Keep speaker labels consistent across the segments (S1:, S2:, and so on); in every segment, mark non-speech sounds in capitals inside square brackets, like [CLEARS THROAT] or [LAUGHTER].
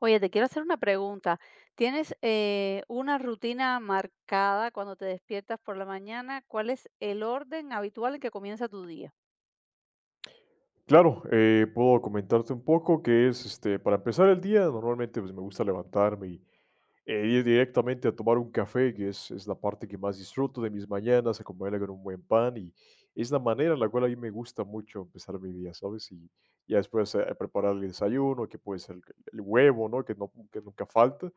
S1: Oye, te quiero hacer una pregunta. ¿Tienes una rutina marcada cuando te despiertas por la mañana? ¿Cuál es el orden habitual en que comienza tu día?
S2: Claro, puedo comentarte un poco que es, para empezar el día, normalmente pues, me gusta levantarme y ir directamente a tomar un café, que es la parte que más disfruto de mis mañanas, acompañarla con un buen pan y es la manera en la cual a mí me gusta mucho empezar mi día, ¿sabes? Y ya después preparar el desayuno, que puede ser el huevo, ¿no? Que, no, que nunca falta,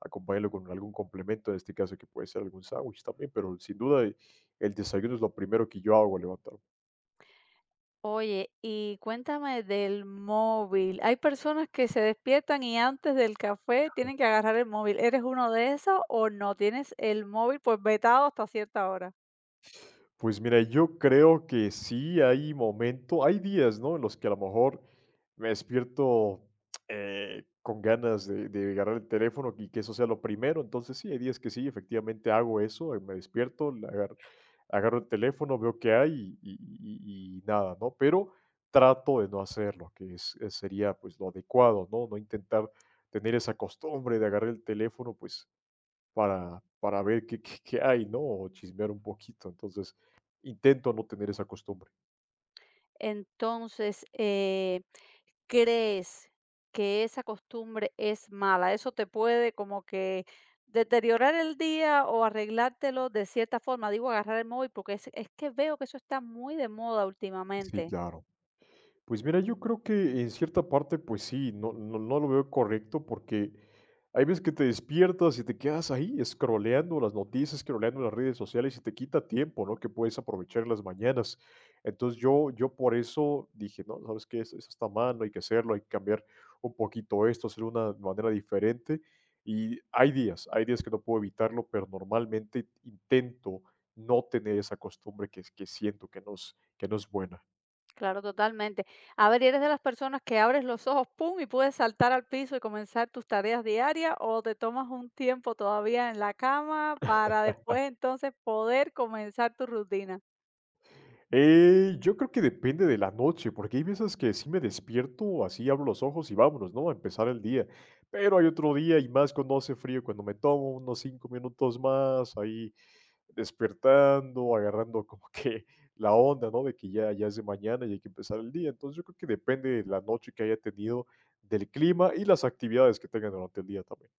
S2: acompañarlo con algún complemento, en este caso que puede ser algún sándwich también, pero sin duda el desayuno es lo primero que yo hago al levantarme.
S1: Oye, y cuéntame del móvil. Hay personas que se despiertan y antes del café tienen que agarrar el móvil. ¿Eres uno de esos o no? ¿Tienes el móvil pues vetado hasta cierta hora?
S2: Pues mira, yo creo que sí hay momento, hay días, ¿no? En los que a lo mejor me despierto con ganas de agarrar el teléfono y que eso sea lo primero. Entonces sí, hay días que sí, efectivamente hago eso, me despierto, agarro el teléfono, veo qué hay y nada, ¿no? Pero trato de no hacerlo, sería pues lo adecuado, ¿no? No intentar tener esa costumbre de agarrar el teléfono, pues para ver qué hay, ¿no? O chismear un poquito. Entonces, intento no tener esa costumbre.
S1: Entonces, crees que esa costumbre es mala, eso te puede como que deteriorar el día o arreglártelo de cierta forma, digo, agarrar el móvil, porque es que veo que eso está muy de moda
S2: Sí,
S1: últimamente.
S2: claro. Pues mira, yo creo que en cierta parte, pues sí, no lo veo correcto porque hay veces que te despiertas y te quedas ahí escroleando las noticias, escroleando las redes sociales y te quita tiempo, ¿no? Que puedes aprovechar en las mañanas. Entonces yo por eso dije: "No, ¿sabes qué? Eso está mal, no hay que hacerlo, hay que cambiar un poquito esto, hacerlo de una manera diferente". Y hay días que no puedo evitarlo, pero normalmente intento no tener esa costumbre que es que siento que no es buena.
S1: Claro, totalmente. A ver, ¿eres de las personas que abres los ojos, pum, y puedes saltar al piso y comenzar tus tareas diarias o te tomas un tiempo todavía en la cama para después entonces poder comenzar tu rutina?
S2: Yo creo que depende de la noche, porque hay veces que sí me despierto, así abro los ojos y vámonos, ¿no? A empezar el día. Pero hay otro día y más cuando hace frío, cuando me tomo unos 5 minutos más ahí despertando, agarrando como que [LAUGHS] la onda, ¿no? De que ya, ya es de mañana y hay que empezar el día. Entonces yo creo que depende de la noche que haya tenido, del clima y las actividades que tenga durante el día también.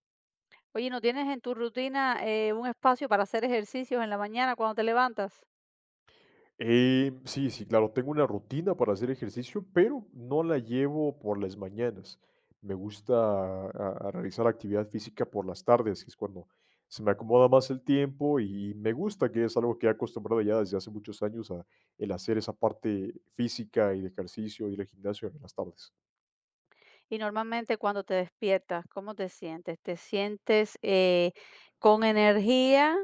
S1: Oye, ¿no tienes en tu rutina, un espacio para hacer ejercicios en la mañana cuando te levantas?
S2: Sí, sí, claro, tengo una rutina para hacer ejercicio, pero no la llevo por las mañanas. Me gusta a- a realizar actividad física por las tardes, que es cuando se me acomoda más el tiempo y me gusta, que es algo que he acostumbrado ya desde hace muchos años a el hacer esa parte física y de ejercicio, ir al gimnasio en las tardes.
S1: Y normalmente cuando te despiertas, ¿cómo te sientes? ¿Te sientes con energía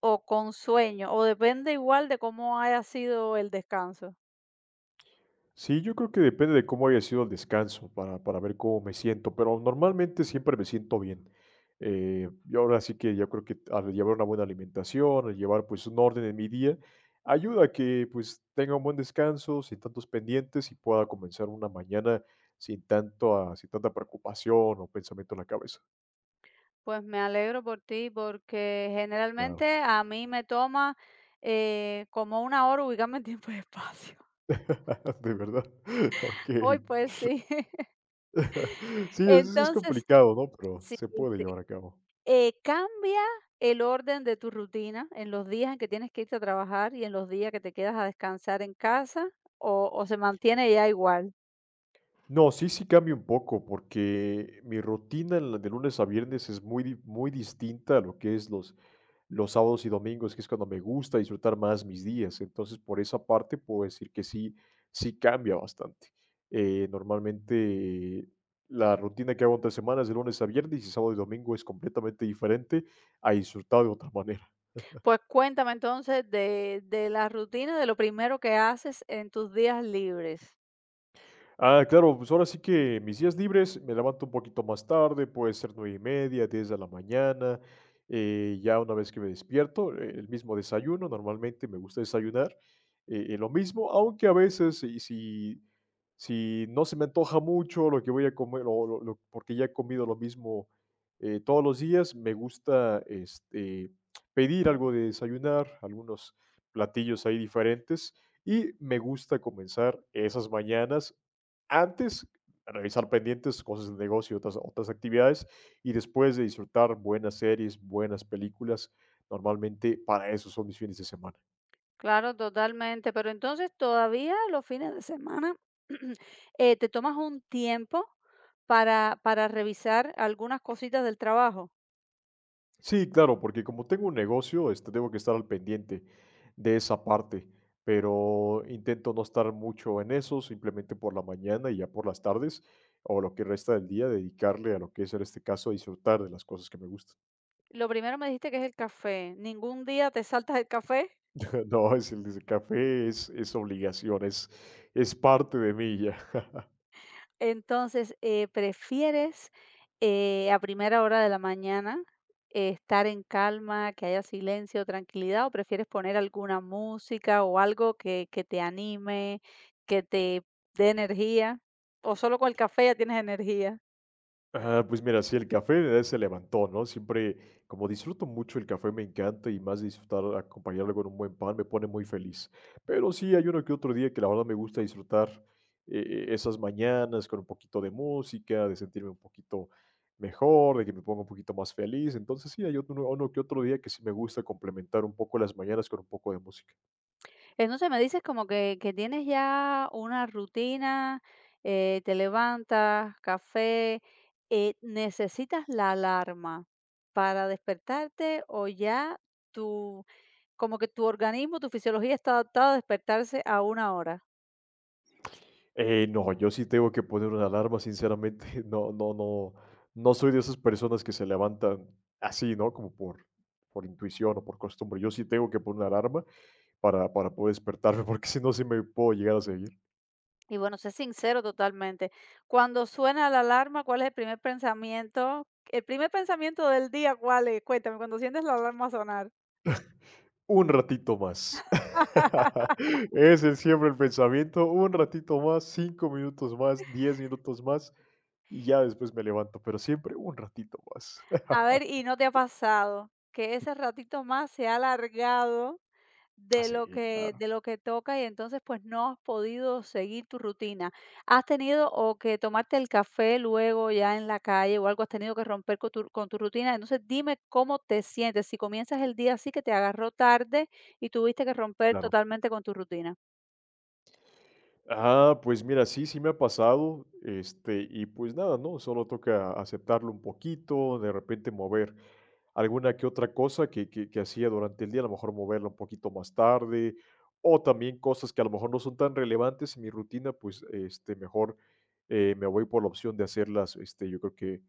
S1: o con sueño? ¿O depende igual de cómo haya sido el descanso?
S2: Sí, yo creo que depende de cómo haya sido el descanso para ver cómo me siento, pero normalmente siempre me siento bien. Yo ahora sí que yo creo que al llevar una buena alimentación, al llevar, pues, un orden en mi día, ayuda a que, pues, tenga un buen descanso, sin tantos pendientes y pueda comenzar una mañana sin tanto a sin tanta preocupación o pensamiento en la cabeza.
S1: Pues me alegro por ti porque
S2: Claro.
S1: generalmente a mí me toma, como una hora ubicarme en tiempo y espacio.
S2: [LAUGHS] ¿De verdad? [LAUGHS]
S1: [LAUGHS] Hoy
S2: Okey.
S1: pues sí.
S2: [LAUGHS]
S1: [LAUGHS]
S2: Sí, es
S1: Entonces
S2: complicado, ¿no? Pero
S1: sí,
S2: se puede
S1: sí.
S2: llevar a cabo.
S1: Cambia el orden de tu rutina en los días en que tienes que irte a trabajar y en los días que te quedas a descansar en casa o se mantiene ya igual.
S2: No, sí, sí cambia un poco, porque mi rutina en la de lunes a viernes es muy distinta a lo que es los sábados y domingos, que es cuando me gusta disfrutar más mis días. Entonces, por esa parte puedo decir que sí, sí cambia bastante. Normalmente, la rutina que hago entre semanas de lunes a viernes y sábado y domingo es completamente diferente a disfrutar de otra manera.
S1: Pues cuéntame entonces de la rutina, de lo primero que haces en tus días libres.
S2: Ah, claro, pues ahora sí que mis días libres me levanto un poquito más tarde, puede ser 9:30, 10 de la mañana. Ya una vez que me despierto, el mismo desayuno, normalmente me gusta desayunar lo mismo, aunque a veces, si no se me antoja mucho lo que voy a comer, porque ya he comido lo mismo todos los días, me gusta pedir algo de desayunar, algunos platillos ahí diferentes. Y me gusta comenzar esas mañanas antes revisar pendientes, cosas del negocio, otras actividades, y después de disfrutar buenas series, buenas películas, normalmente para eso son mis fines de semana.
S1: Claro, totalmente. Pero entonces todavía los fines de semana [CLEARS THROAT] te tomas un tiempo para revisar algunas cositas del trabajo.
S2: Sí, claro, porque como tengo un negocio, tengo que estar al pendiente de esa parte, pero intento no estar mucho en eso, simplemente por la mañana y ya por las tardes, o lo que resta del día, dedicarle a lo que es en este caso disfrutar de las cosas que me gustan.
S1: Lo primero me dijiste que es el café. ¿Ningún día te saltas el café?
S2: [LAUGHS] No, es el café es obligación, es parte de mí ya.
S1: Entonces, ¿prefieres, a primera hora de la mañana, estar en calma, que haya silencio, tranquilidad, o prefieres poner alguna música o algo que te anime, que te dé energía? ¿O solo con el café ya tienes energía?
S2: Ah, pues mira, sí, el café, se levantó, ¿no? Siempre, como disfruto mucho el café, me encanta y más disfrutar, acompañarlo con un buen pan, me pone muy feliz. Pero sí, hay uno que otro día que la verdad me gusta disfrutar eh, esas mañanas con un poquito de música, de sentirme un poquito mejor, de que me ponga un poquito más feliz. Entonces sí, hay otro, uno que otro día que sí me gusta complementar un poco las mañanas con un poco de música.
S1: Entonces me dices como que tienes ya una rutina, te levantas, café, ¿necesitas la alarma para despertarte o ya tu como que tu organismo, tu fisiología está adaptada a despertarse a una hora.
S2: No, yo sí tengo que poner una alarma, sinceramente, [LAUGHS] no no soy de esas personas que se levantan así, ¿no? Como por intuición o por costumbre. Yo sí tengo que poner una alarma para poder despertarme, [LAUGHS] porque si no, sí me puedo llegar a seguir
S1: Y bueno, sé sincero totalmente. Cuando suena la alarma, ¿cuál es el primer pensamiento? El primer pensamiento del día, ¿cuál es? Cuéntame, cuando sientes la alarma sonar.
S2: un ratito más. [LAUGHS] Ese es siempre el pensamiento, un ratito más, 5 minutos más, 10 minutos más, y ya después me levanto, pero siempre un ratito más. [LAUGHS]
S1: A ver, ¿y no te ha pasado que ese ratito más se ha alargado
S2: Sí, claro,
S1: de lo que toca y entonces, pues, no has podido seguir tu rutina? ¿Has tenido o que tomarte el café luego ya en la calle o algo, has tenido que romper con tu rutina? Entonces, dime cómo te sientes, si comienzas el día así que te agarró tarde y tuviste que romper
S2: claro.
S1: totalmente con tu rutina.
S2: Ah, pues mira, sí, sí me ha pasado, y pues nada, ¿no? Solo toca aceptarlo un poquito, de repente mover alguna que otra cosa que hacía durante el día, a lo mejor moverla un poquito más tarde, o también cosas que a lo mejor no son tan relevantes en mi rutina, pues mejor me voy por la opción de hacerlas, este, yo creo que,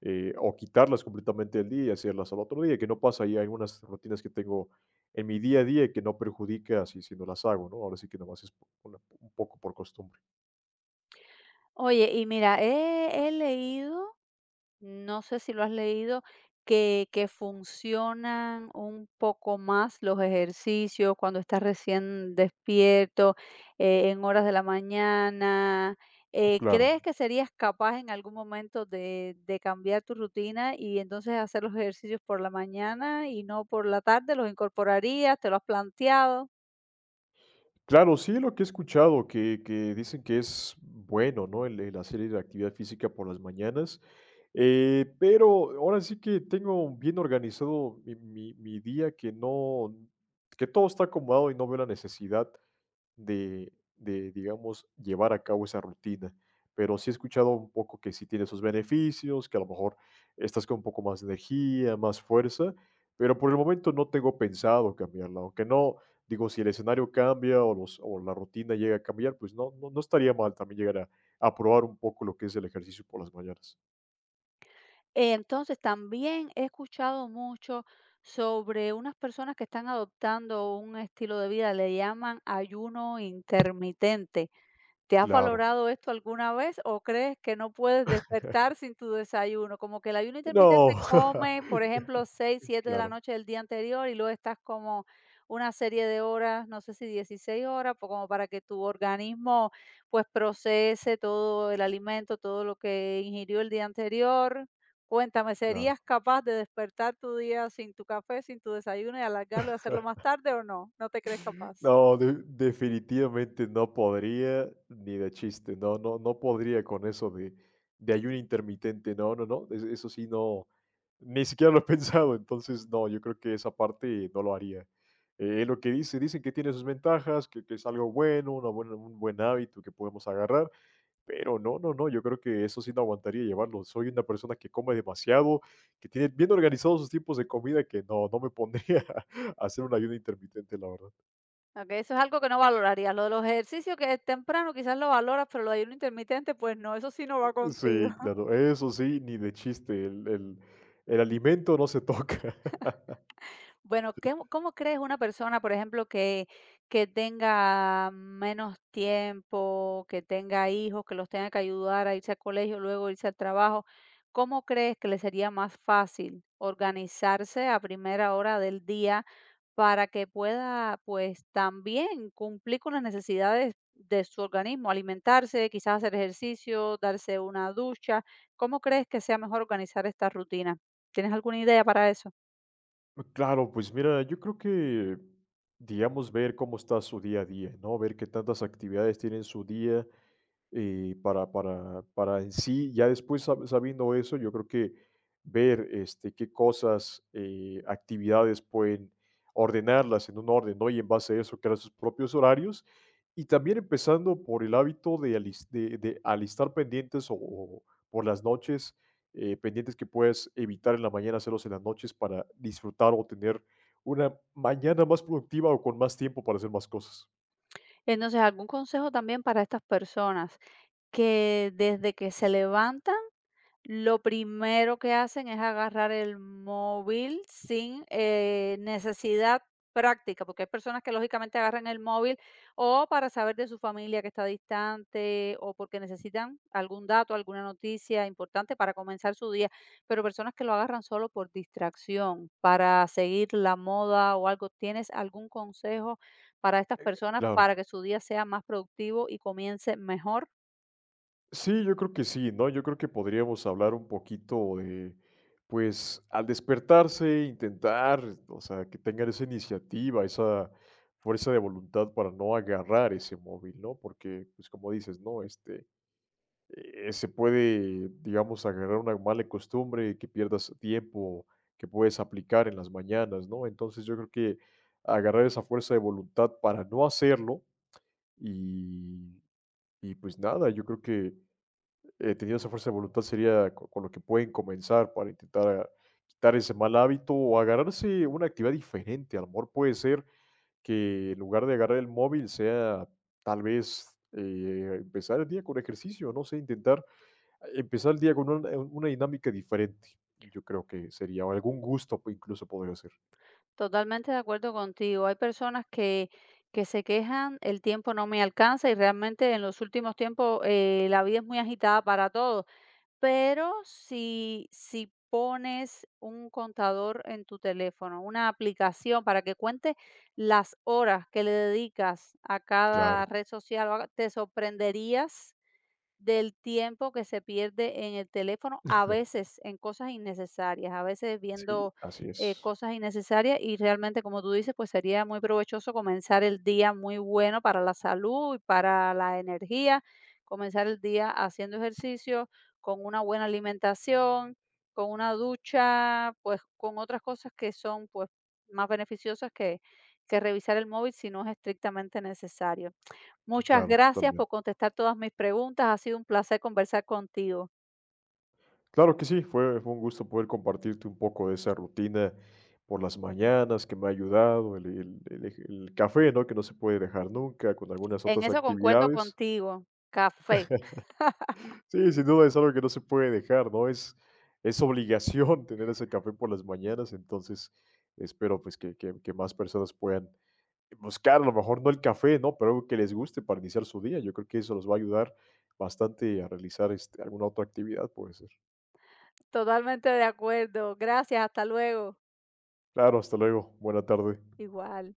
S2: eh, o quitarlas completamente del día y hacerlas al otro día, que no pasa, hay algunas rutinas que tengo en mi día a día y que no perjudique así si no las hago, ¿no? Ahora sí que nomás es un poco por costumbre.
S1: Oye, y mira, he leído, no sé si lo has leído, que funcionan un poco más los ejercicios cuando estás recién despierto, en horas de la mañana. Eh,
S2: Claro.
S1: ¿crees que serías capaz en algún momento de cambiar tu rutina y entonces hacer los ejercicios por la mañana y no por la tarde? ¿Los incorporarías? ¿Te lo has planteado?
S2: Claro, sí, lo que he escuchado, que dicen que es bueno, ¿no? El hacer la actividad física por las mañanas. Pero ahora sí que tengo bien organizado mi día, que no, que todo está acomodado y no veo la necesidad de, digamos, llevar a cabo esa rutina. Pero sí he escuchado un poco que sí tiene sus beneficios, que a lo mejor estás con un poco más de energía, más fuerza, pero por el momento no tengo pensado cambiarla. Aunque no, digo, si el escenario cambia o la rutina llega a cambiar, pues no estaría mal también llegar a probar un poco lo que es el ejercicio por las mañanas.
S1: Entonces, también he escuchado mucho sobre unas personas que están adoptando un estilo de vida, le llaman ayuno intermitente. ¿Te has
S2: Claro.
S1: valorado esto alguna vez o crees que no puedes despertar
S2: [LAUGHS]
S1: sin tu desayuno? Como que el ayuno intermitente
S2: No.
S1: comes, por ejemplo, 6,
S2: [LAUGHS]
S1: siete de la
S2: Claro,
S1: noche del día anterior y luego estás como una serie de horas, no sé si 16 horas, pues como para que tu organismo pues procese todo el alimento, todo lo que ingirió el día anterior. Cuéntame,
S2: claro.
S1: ¿serías capaz de despertar tu día sin tu café, sin tu desayuno y alargarlo y hacerlo más tarde o no? ¿No te crees capaz?
S2: No, definitivamente no podría, ni de chiste, no podría con eso de ayuno intermitente, no, eso sí, no, ni siquiera lo he [LAUGHS] pensado, entonces no, yo creo que esa parte no lo haría. Dicen que tiene sus ventajas, que es algo bueno, un buen hábito que podemos agarrar, pero no, yo creo que eso sí no aguantaría llevarlo. Soy una persona que come demasiado, que tiene bien organizados sus tiempos de comida, que no, no me pondría [LAUGHS] a hacer un ayuno intermitente, la verdad.
S1: Okey, eso es algo que no valorarías. Lo de los ejercicios que es temprano quizás lo valoras, pero lo de ayuno intermitente, pues no, eso sí no va contigo.
S2: Sí, claro, eso sí, ni de chiste, el el alimento no se toca. [LAUGHS]
S1: Bueno, ¿cómo crees una persona, por ejemplo, que tenga menos tiempo, que tenga hijos, que los tenga que ayudar a irse al colegio, luego irse al trabajo? ¿Cómo crees que le sería más fácil organizarse a primera hora del día para que pueda, pues, también cumplir con las necesidades de su organismo, alimentarse, quizás hacer ejercicio, darse una ducha? ¿Cómo crees que sea mejor organizar esta rutina? ¿Tienes alguna idea para eso?
S2: Claro, pues mira, yo creo que, digamos, ver cómo está su día a día, ¿no? Ver qué tantas actividades tiene en su día para, para en sí, ya después sabiendo eso, yo creo que ver qué cosas, actividades pueden ordenarlas en un orden, ¿no? Y en base a eso, crear sus propios horarios. Y también empezando por el hábito de alistar pendientes o por las noches pendientes que puedas evitar en la mañana, hacerlos en las noches para disfrutar o tener una mañana más productiva o con más tiempo para hacer más cosas.
S1: Entonces, algún consejo también para estas personas que desde que se levantan lo primero que hacen es agarrar el móvil sin necesidad práctica, porque hay personas que lógicamente agarran el móvil o para saber de su familia que está distante o porque necesitan algún dato, alguna noticia importante para comenzar su día, pero personas que lo agarran solo por distracción, para seguir la moda o algo. ¿Tienes algún consejo para estas personas para
S2: Claro.
S1: que su día sea más productivo y comience mejor?
S2: Sí, yo creo que sí, ¿no? Yo creo que podríamos hablar un poquito de, pues, al despertarse, intentar, o sea, que tengan esa iniciativa, esa fuerza de voluntad para no agarrar ese móvil, ¿no? Porque, pues, como dices, ¿no? Se puede, digamos, agarrar una mala costumbre, que pierdas tiempo que puedes aplicar en las mañanas, ¿no? Entonces yo creo que agarrar esa fuerza de voluntad para no hacerlo y, y pues nada, yo creo que teniendo esa fuerza de voluntad sería con, lo que pueden comenzar para intentar quitar ese mal hábito o agarrarse una actividad diferente. A lo mejor puede ser que en lugar de agarrar el móvil sea tal vez empezar el día con ejercicio, no sé, intentar empezar el día con una dinámica diferente, yo creo que sería o algún gusto, pues, incluso podría ser.
S1: Totalmente de acuerdo contigo. Hay personas que se quejan, el tiempo no me alcanza y realmente en los últimos tiempos la vida es muy agitada para todos. Pero si, si pones un contador en tu teléfono, una aplicación para que cuente las horas que le dedicas a cada
S2: Claro.
S1: red social, te sorprenderías del tiempo que se pierde en el teléfono, a
S2: [LAUGHS]
S1: veces en cosas innecesarias, a veces
S2: Sí,
S1: viendo
S2: así es.
S1: cosas innecesarias y realmente, como tú dices, pues sería muy provechoso comenzar el día muy bueno para la salud y para la energía, comenzar el día haciendo ejercicio, con una buena alimentación, con una ducha, pues con otras cosas que son pues más beneficiosas que revisar el móvil si no es estrictamente necesario. Muchas
S2: Claro,
S1: gracias por
S2: totalmente.
S1: contestar todas mis preguntas. Ha sido un placer conversar contigo.
S2: Claro que sí, fue un gusto poder compartirte un poco de esa rutina por las mañanas que me ha ayudado, el café, ¿no? Que no se puede dejar nunca, con algunas
S1: En
S2: otras
S1: eso concuerdo
S2: actividades.
S1: contigo. Café.
S2: Sí, sin duda es algo que no se puede dejar, ¿no? Es obligación [LAUGHS] tener ese café por las mañanas, entonces espero pues que más personas puedan buscar a lo mejor no el café, ¿no? Pero algo que les guste para iniciar su día. Yo creo que eso los va a ayudar bastante a realizar alguna otra actividad, puede ser.
S1: Totalmente de acuerdo. Gracias. Hasta luego.
S2: Claro, hasta luego. Buena tarde.
S1: Igual.